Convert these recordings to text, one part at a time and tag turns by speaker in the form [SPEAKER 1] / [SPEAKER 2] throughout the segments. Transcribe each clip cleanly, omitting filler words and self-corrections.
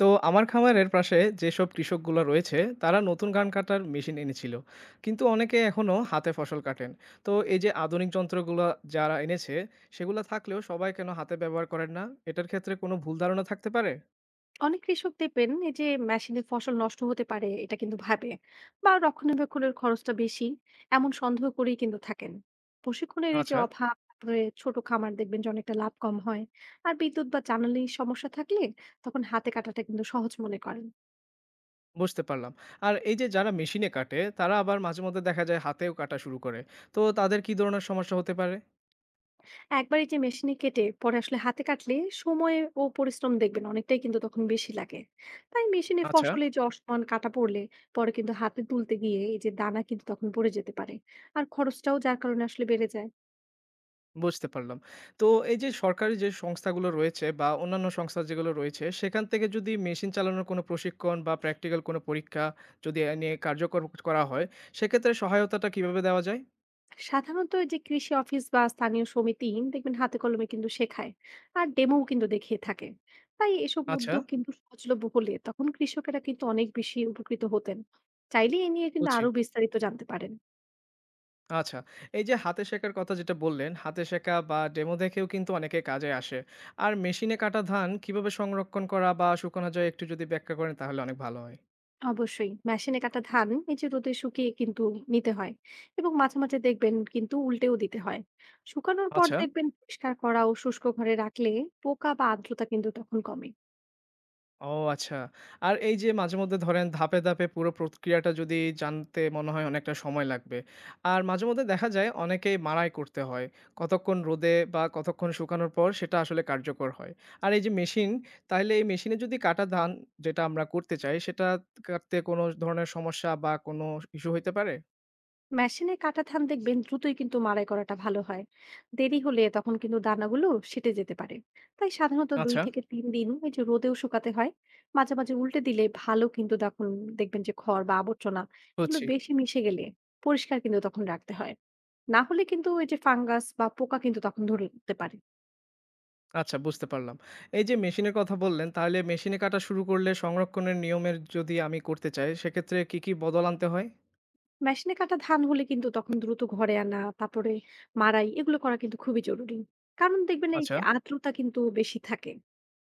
[SPEAKER 1] তো আমার খামারের পাশে যেসব কৃষকগুলো রয়েছে তারা নতুন ধান কাটার মেশিন এনেছিল, কিন্তু অনেকে এখনো হাতে ফসল কাটেন। তো এই যে আধুনিক যন্ত্রগুলো যারা এনেছে, সেগুলো থাকলেও সবাই কেন হাতে ব্যবহার করেন না? এটার ক্ষেত্রে কোনো ভুল ধারণা থাকতে পারে?
[SPEAKER 2] অনেক কৃষক দেখবেন এই যে মেশিনে ফসল নষ্ট হতে পারে এটা কিন্তু ভাবে, বা রক্ষণাবেক্ষণের খরচটা বেশি এমন সন্দেহ করেই কিন্তু থাকেন। প্রশিক্ষণের এই যে
[SPEAKER 1] আচ্ছা,
[SPEAKER 2] অভাব, তারপরে ছোট খামার দেখবেন যে অনেকটা লাভ কম হয়। আর বিদ্যুৎ বা জ্বালানির সমস্যা থাকলে তখন হাতে কাটাটা কিন্তু সহজ মনে করেন।
[SPEAKER 1] বুঝতে পারলাম। আর এই যে যারা মেশিনে কাটে তারা আবার মাঝে মধ্যে দেখা যায় হাতেও কাটা শুরু করে। তো তাদের কি ধরনের সমস্যা হতে পারে?
[SPEAKER 2] একবার এই যে মেশিনে কেটে পরে আসলে হাতে কাটলে সময় ও পরিশ্রম দেখবেন অনেকটাই কিন্তু তখন বেশি লাগে। তাই মেশিনে
[SPEAKER 1] আচ্ছা,
[SPEAKER 2] ফসলে যে অসমান কাটা পড়লে পরে কিন্তু হাতে তুলতে গিয়ে এই যে দানা কিন্তু তখন পড়ে যেতে পারে, আর খরচটাও যার কারণে আসলে বেড়ে যায়।
[SPEAKER 1] বুঝতে পারলাম। তো এই যে সরকারি যে সংস্থাগুলো রয়েছে বা অন্যান্য সংস্থা যেগুলো রয়েছে, সেখান থেকে যদি মেশিন চালানোর কোনো প্রশিক্ষণ বা প্র্যাকটিক্যাল কোনো পরীক্ষা যদি এ নিয়ে কার্যকর করা হয়, সেক্ষেত্রে সহায়তাটা কিভাবে দেওয়া যায়?
[SPEAKER 2] সাধারণত এই যে কৃষি অফিস বা স্থানীয় সমিতি দেখবেন হাতে কলমে কিন্তু শেখায়, আর ডেমোও কিন্তু দেখিয়ে থাকে। তাই এসব
[SPEAKER 1] আচ্ছা,
[SPEAKER 2] উদ্যোগ কিন্তু সহজলভ্য হলে তখন কৃষকেরা কিন্তু অনেক বেশি উপকৃত হতেন। চাইলে এ নিয়ে কিন্তু
[SPEAKER 1] বুঝছি।
[SPEAKER 2] আরো বিস্তারিত জানতে পারেন।
[SPEAKER 1] আচ্ছা। এই যে হাতে শেখার কথা যেটা বললেন, হাতে শেখা বা ডেমো দেখেও কিন্তু অনেকে কাজে আসে। আর মেশিনে কাটা ধান কিভাবে সংরক্ষণ করা বা শুকানো যায় একটু যদি ব্যাখ্যা করেন তাহলে অনেক ভালো হয়।
[SPEAKER 2] অবশ্যই। মেশিনে কাটা ধান এই যে রোদে শুকিয়ে কিন্তু নিতে হয়, এবং মাঝে, মাঝে দেখবেন কিন্তু উল্টেও দিতে হয়। শুকানোর পর
[SPEAKER 1] আচ্ছা।
[SPEAKER 2] দেখবেন পরিষ্কার করা ও শুষ্ক ঘরে রাখলে পোকা বা আর্দ্রতা কিন্তু তখন কমে।
[SPEAKER 1] ও আচ্ছা। আর এই যে মাঝেমধ্যে ধরেন ধাপে, ধাপে পুরো প্রক্রিয়াটা যদি জানতে মনে হয় অনেকটা সময় লাগবে। আর মাঝেমধ্যে দেখা যায় অনেকেই মাড়াই করতে হয়। কতক্ষণ রোদে বা কতক্ষণ শুকানোর পর সেটা আসলে কার্যকর হয়। আর এই যে মেশিন, তাইলে এই মেশিনে যদি কাটা ধান যেটা আমরা করতে চাই সেটা কাটতে কোনো ধরনের সমস্যা বা কোনো ইস্যু হইতে পারে?
[SPEAKER 2] মেশিনে কাটা ধান দেখবেন দ্রুতই কিন্তু মাড়াই করাটা ভালো হয়। দেরি হলে তখন কিন্তু দানাগুলো সেঁটে যেতে পারে। তাই সাধারণত ২
[SPEAKER 1] আচ্ছা,
[SPEAKER 2] থেকে ৩ দিন এই যে রোদেও শুকাতে হয়। মাঝে, মাঝে উল্টে দিলে ভালো কিন্তু তখন দেখবেন যে খড় বা আবর্জনা এগুলো
[SPEAKER 1] বুঝছি।
[SPEAKER 2] বেশি মিশে গেলে পরিষ্কার কিন্তু তখন রাখতে হয়। না হলে কিন্তু এই যে ফাঙ্গাস বা পোকা কিন্তু তখন ধরতে পারে।
[SPEAKER 1] আচ্ছা, বুঝতে পারলাম। এই যে মেশিনের কথা বললেন তাহলে মেশিনে কাটা শুরু করলে সংরক্ষণের নিয়মের যদি আমি করতে চাই সেক্ষেত্রে কি, কি বদল আনতে হয়?
[SPEAKER 2] মেশিনে কাটা ধান হলে কিন্তু তখন দ্রুত ঘরে আনা, তারপরে মাড়াই এগুলো করা কিন্তু খুবই জরুরি, কারণ দেখবেন এই
[SPEAKER 1] আচ্ছা।
[SPEAKER 2] যে আর্দ্রতা কিন্তু বেশি থাকে।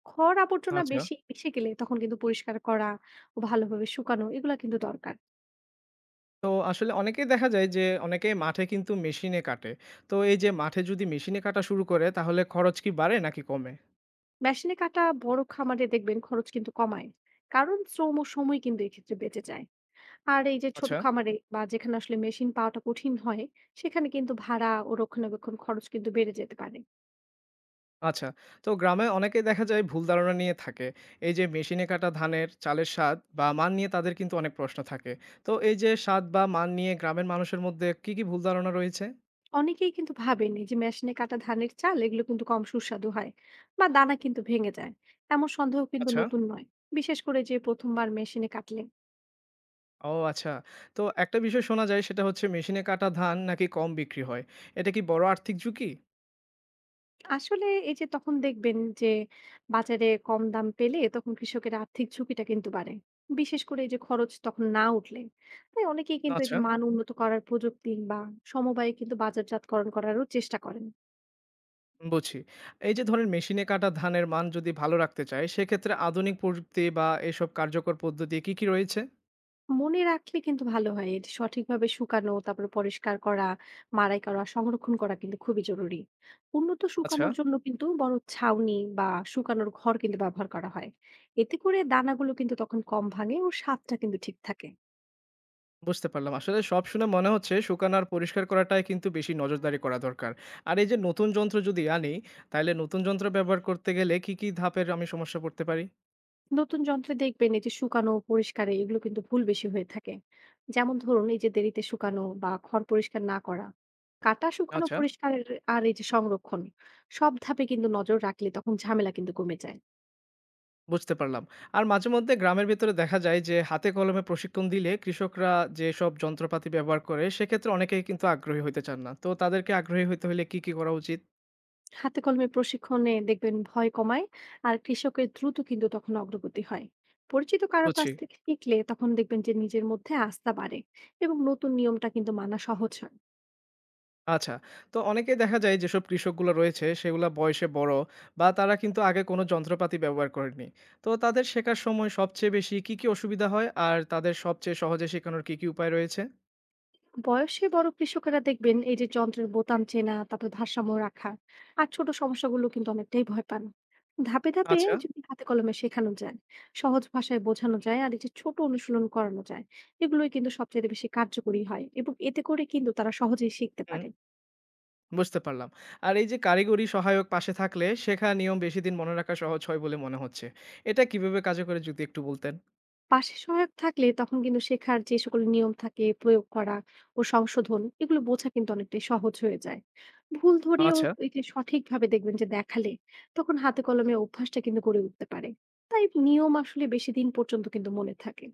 [SPEAKER 2] খড় আবর্জনা
[SPEAKER 1] আচ্ছা।
[SPEAKER 2] বেশি মিশে গেলে তখন কিন্তু পরিষ্কার করা ও ভালোভাবে শুকানো এগুলো কিন্তু দরকার।
[SPEAKER 1] তো আসলে অনেকেই দেখা যায় যে অনেকেই মাঠে কিন্তু মেশিনে কাটে। তো এই যে মাঠে যদি মেশিনে কাটা শুরু করে তাহলে খরচ কি বাড়ে নাকি কমে?
[SPEAKER 2] মেশিনে কাটা বড় খামারে দেখবেন খরচ কিন্তু কমায়, কারণ শ্রম ও সময় কিন্তু এক্ষেত্রে বেঁচে যায়। আর এই যে ছোট
[SPEAKER 1] আচ্ছা,
[SPEAKER 2] খামারে বা যেখানে আসলে মেশিন পাওয়াটা কঠিন হয় সেখানে কিন্তু ভাড়া ও রক্ষণাবেক্ষণ খরচ কিন্তু বেড়ে যেতে পারে।
[SPEAKER 1] আচ্ছা। তো গ্রামে অনেকেই দেখা যায় ভুল ধারণা নিয়ে থাকে। এই যে মেশিনে কাটা ধানের, চালের স্বাদ বা মান নিয়ে তাদের কিন্তু অনেক প্রশ্ন থাকে। তো এই যে স্বাদ বা মান নিয়ে গ্রামের মানুষের মধ্যে কি, কি ভুল ধারণা রয়েছে?
[SPEAKER 2] অনেকেই কিন্তু ভাবেননি যে মেশিনে কাটা ধানের চাল এগুলো কিন্তু কম সুস্বাদু হয় বা দানা কিন্তু ভেঙে যায়, এমন সন্দেহ কিন্তু
[SPEAKER 1] আচ্ছা।
[SPEAKER 2] নতুন নয়, বিশেষ করে যে প্রথমবার মেশিনে কাটলে।
[SPEAKER 1] ও আচ্ছা। তো একটা বিষয় শোনা যায় সেটা হচ্ছে মেশিনে কাটা ধান নাকি কম বিক্রি হয়। এটা কি বড় আর্থিক ঝুঁকি?
[SPEAKER 2] আসলে এই যে তখন দেখবেন যে বাজারে কম দাম পেলে তখন কৃষকের আর্থিক ঝুঁকিটা কিন্তু বাড়ে, বিশেষ করে এই যে খরচ তখন না উঠলে। তাই অনেকেই কিন্তু এই
[SPEAKER 1] আচ্ছা।
[SPEAKER 2] যে মান উন্নত করার প্রযুক্তি বা সমবায়ে কিন্তু বাজারজাতকরণ করারও চেষ্টা করেন।
[SPEAKER 1] বুঝি। এই যে ধরেন মেশিনে কাটা ধানের মান যদি ভালো রাখতে চাই, সেক্ষেত্রে আধুনিক প্রযুক্তি বা এসব কার্যকর পদ্ধতি কি, কি রয়েছে?
[SPEAKER 2] মনে রাখলে কিন্তু ভালো হয়। এটি সঠিকভাবে শুকানো, তারপরে পরিষ্কার করা, মাড়াই করা, সংরক্ষণ করা কিন্তু খুবই জরুরি। উন্নত
[SPEAKER 1] আচ্ছা,
[SPEAKER 2] শুকানোর জন্য কিন্তু বড় ছাউনি বা শুকানোর ঘর কিন্তু ব্যবহার করা হয়। এতে করে দানাগুলো কিন্তু তখন কম ভাঙে ও স্বাদটা কিন্তু ঠিক থাকে।
[SPEAKER 1] বুঝতে পারলাম। আসলে সব শুনে মনে হচ্ছে শুকানো আর পরিষ্কার করাটাই কিন্তু বেশি নজরদারি করা দরকার। আর এই যে নতুন যন্ত্র যদি আনি, তাইলে নতুন যন্ত্র ব্যবহার করতে গেলে কি, কি ধাপের আমি সমস্যা পড়তে পারি?
[SPEAKER 2] নতুন যন্ত্রে দেখবেন এই যে শুকানো ও পরিষ্কারে এগুলো কিন্তু ভুল বেশি হয়ে থাকে। যেমন ধরুন এই যে দেরিতে শুকানো বা খড় পরিষ্কার না করা। কাটা, শুকানো,
[SPEAKER 1] আচ্ছা,
[SPEAKER 2] পরিষ্কারের, আর এই যে সংরক্ষণ, সব ধাপে কিন্তু নজর রাখলে তখন ঝামেলা কিন্তু কমে যায়।
[SPEAKER 1] বুঝতে পারলাম। আর মাঝে মধ্যে গ্রামের ভেতরে দেখা যায় যে হাতে কলমে প্রশিক্ষণ দিলে কৃষকরা যেসব যন্ত্রপাতি ব্যবহার করে, সেক্ষেত্রে অনেকেই কিন্তু আগ্রহী হইতে চান না। তো তাদেরকে আগ্রহী হইতে হইলে কি, কি করা উচিত?
[SPEAKER 2] হাতে কলমে প্রশিক্ষণে দেখবেন ভয় কমায়, আর কৃষকের দ্রুত কিন্তু তখন অগ্রগতি হয়। পরিচিত কারো
[SPEAKER 1] বুঝছি।
[SPEAKER 2] কাছ থেকে শিখলে তখন দেখবেন যে নিজের মধ্যে আস্থা বাড়ে, এবং নতুন নিয়মটা কিন্তু মানা সহজ হয়।
[SPEAKER 1] আচ্ছা। তো অনেকেই দেখা যায় যেসব কৃষকগুলো রয়েছে সেগুলা বয়সে বড় বা তারা কিন্তু আগে কোনো যন্ত্রপাতি ব্যবহার করেনি। তো তাদের শেখার সময় সবচেয়ে বেশি কি, কি অসুবিধা হয়? আর তাদের সবচেয়ে সহজে শেখানোর কি, কি উপায় রয়েছে?
[SPEAKER 2] বয়সে বড় কৃষকেরা দেখবেন এই যে যন্ত্রের বোতাম চেনা, তারপর ভারসাম্য রাখা, আর ছোট সমস্যাগুলো কিন্তু অনেকটাই ভয় পান। ধাপে ধাপে
[SPEAKER 1] আচ্ছা,
[SPEAKER 2] যদি হাতে কলমে শেখানো যায়, সহজ ভাষায় বোঝানো যায়, আর এই যে ছোট অনুশীলন করানো যায়, এগুলোই কিন্তু সবচেয়ে বেশি কার্যকরী হয়, এবং এতে করে কিন্তু তারা সহজেই শিখতে
[SPEAKER 1] হুম,
[SPEAKER 2] পারে।
[SPEAKER 1] বুঝতে পারলাম। আর এই যে কারিগরি সহায়ক পাশে থাকলে শেখা নিয়ম বেশিদিন মনে রাখা সহজ হয় বলে মনে হচ্ছে। এটা কিভাবে কাজে করে যদি একটু বলতেন?
[SPEAKER 2] পাশে সহায়ক থাকলে তখন কিন্তু শেখার যে সকল নিয়ম থাকে প্রয়োগ করা ও সংশোধন এগুলো বোঝা কিন্তু অনেকটাই সহজ হয়ে যায়। ভুল ধরেও
[SPEAKER 1] আচ্ছা।
[SPEAKER 2] এই যে সঠিকভাবে দেখবেন যে দেখালে তখন হাতে কলমে অভ্যাসটা কিন্তু গড়ে উঠতে পারে। তাই নিয়ম আসলে বেশি দিন পর্যন্ত কিন্তু মনে থাকে।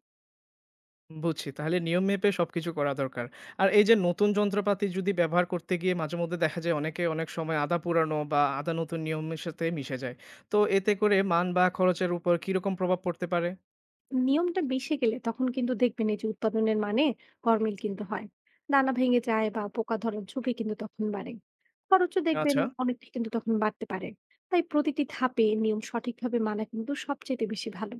[SPEAKER 1] বুঝছি। তাহলে নিয়ম মেপে সবকিছু করা দরকার। আর এই যে নতুন যন্ত্রপাতি যদি ব্যবহার করতে গিয়ে মাঝেমধ্যে দেখা যায় অনেকে অনেক সময় আদা পুরানো বা আদা নতুন নিয়মের সাথে মিশে যায়। তো এতে করে মান বা খরচের উপর কিরকম প্রভাব পড়তে পারে?
[SPEAKER 2] নিয়মটা বেশি গেলে তখন কিন্তু দেখবেন এই যে উৎপাদনের মানে গরমিল কিন্তু হয়, দানা ভেঙে যায় বা পোকা ধরার ঝুঁকি কিন্তু তখন বাড়ে। খরচও দেখবেন
[SPEAKER 1] আচ্ছা,
[SPEAKER 2] অনেকটা কিন্তু তখন বাড়তে পারে। তাই প্রতিটি ধাপে নিয়ম সঠিকভাবে মানা কিন্তু সবচেয়ে বেশি ভালো।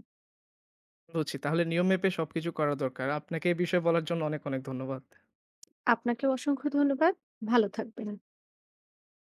[SPEAKER 1] বুঝছি। তাহলে নিয়ম মেপে সবকিছু করা দরকার। আপনাকে এই বিষয়ে বলার জন্য অনেক, অনেক ধন্যবাদ।
[SPEAKER 2] আপনাকেও অসংখ্য ধন্যবাদ। ভালো থাকবেন।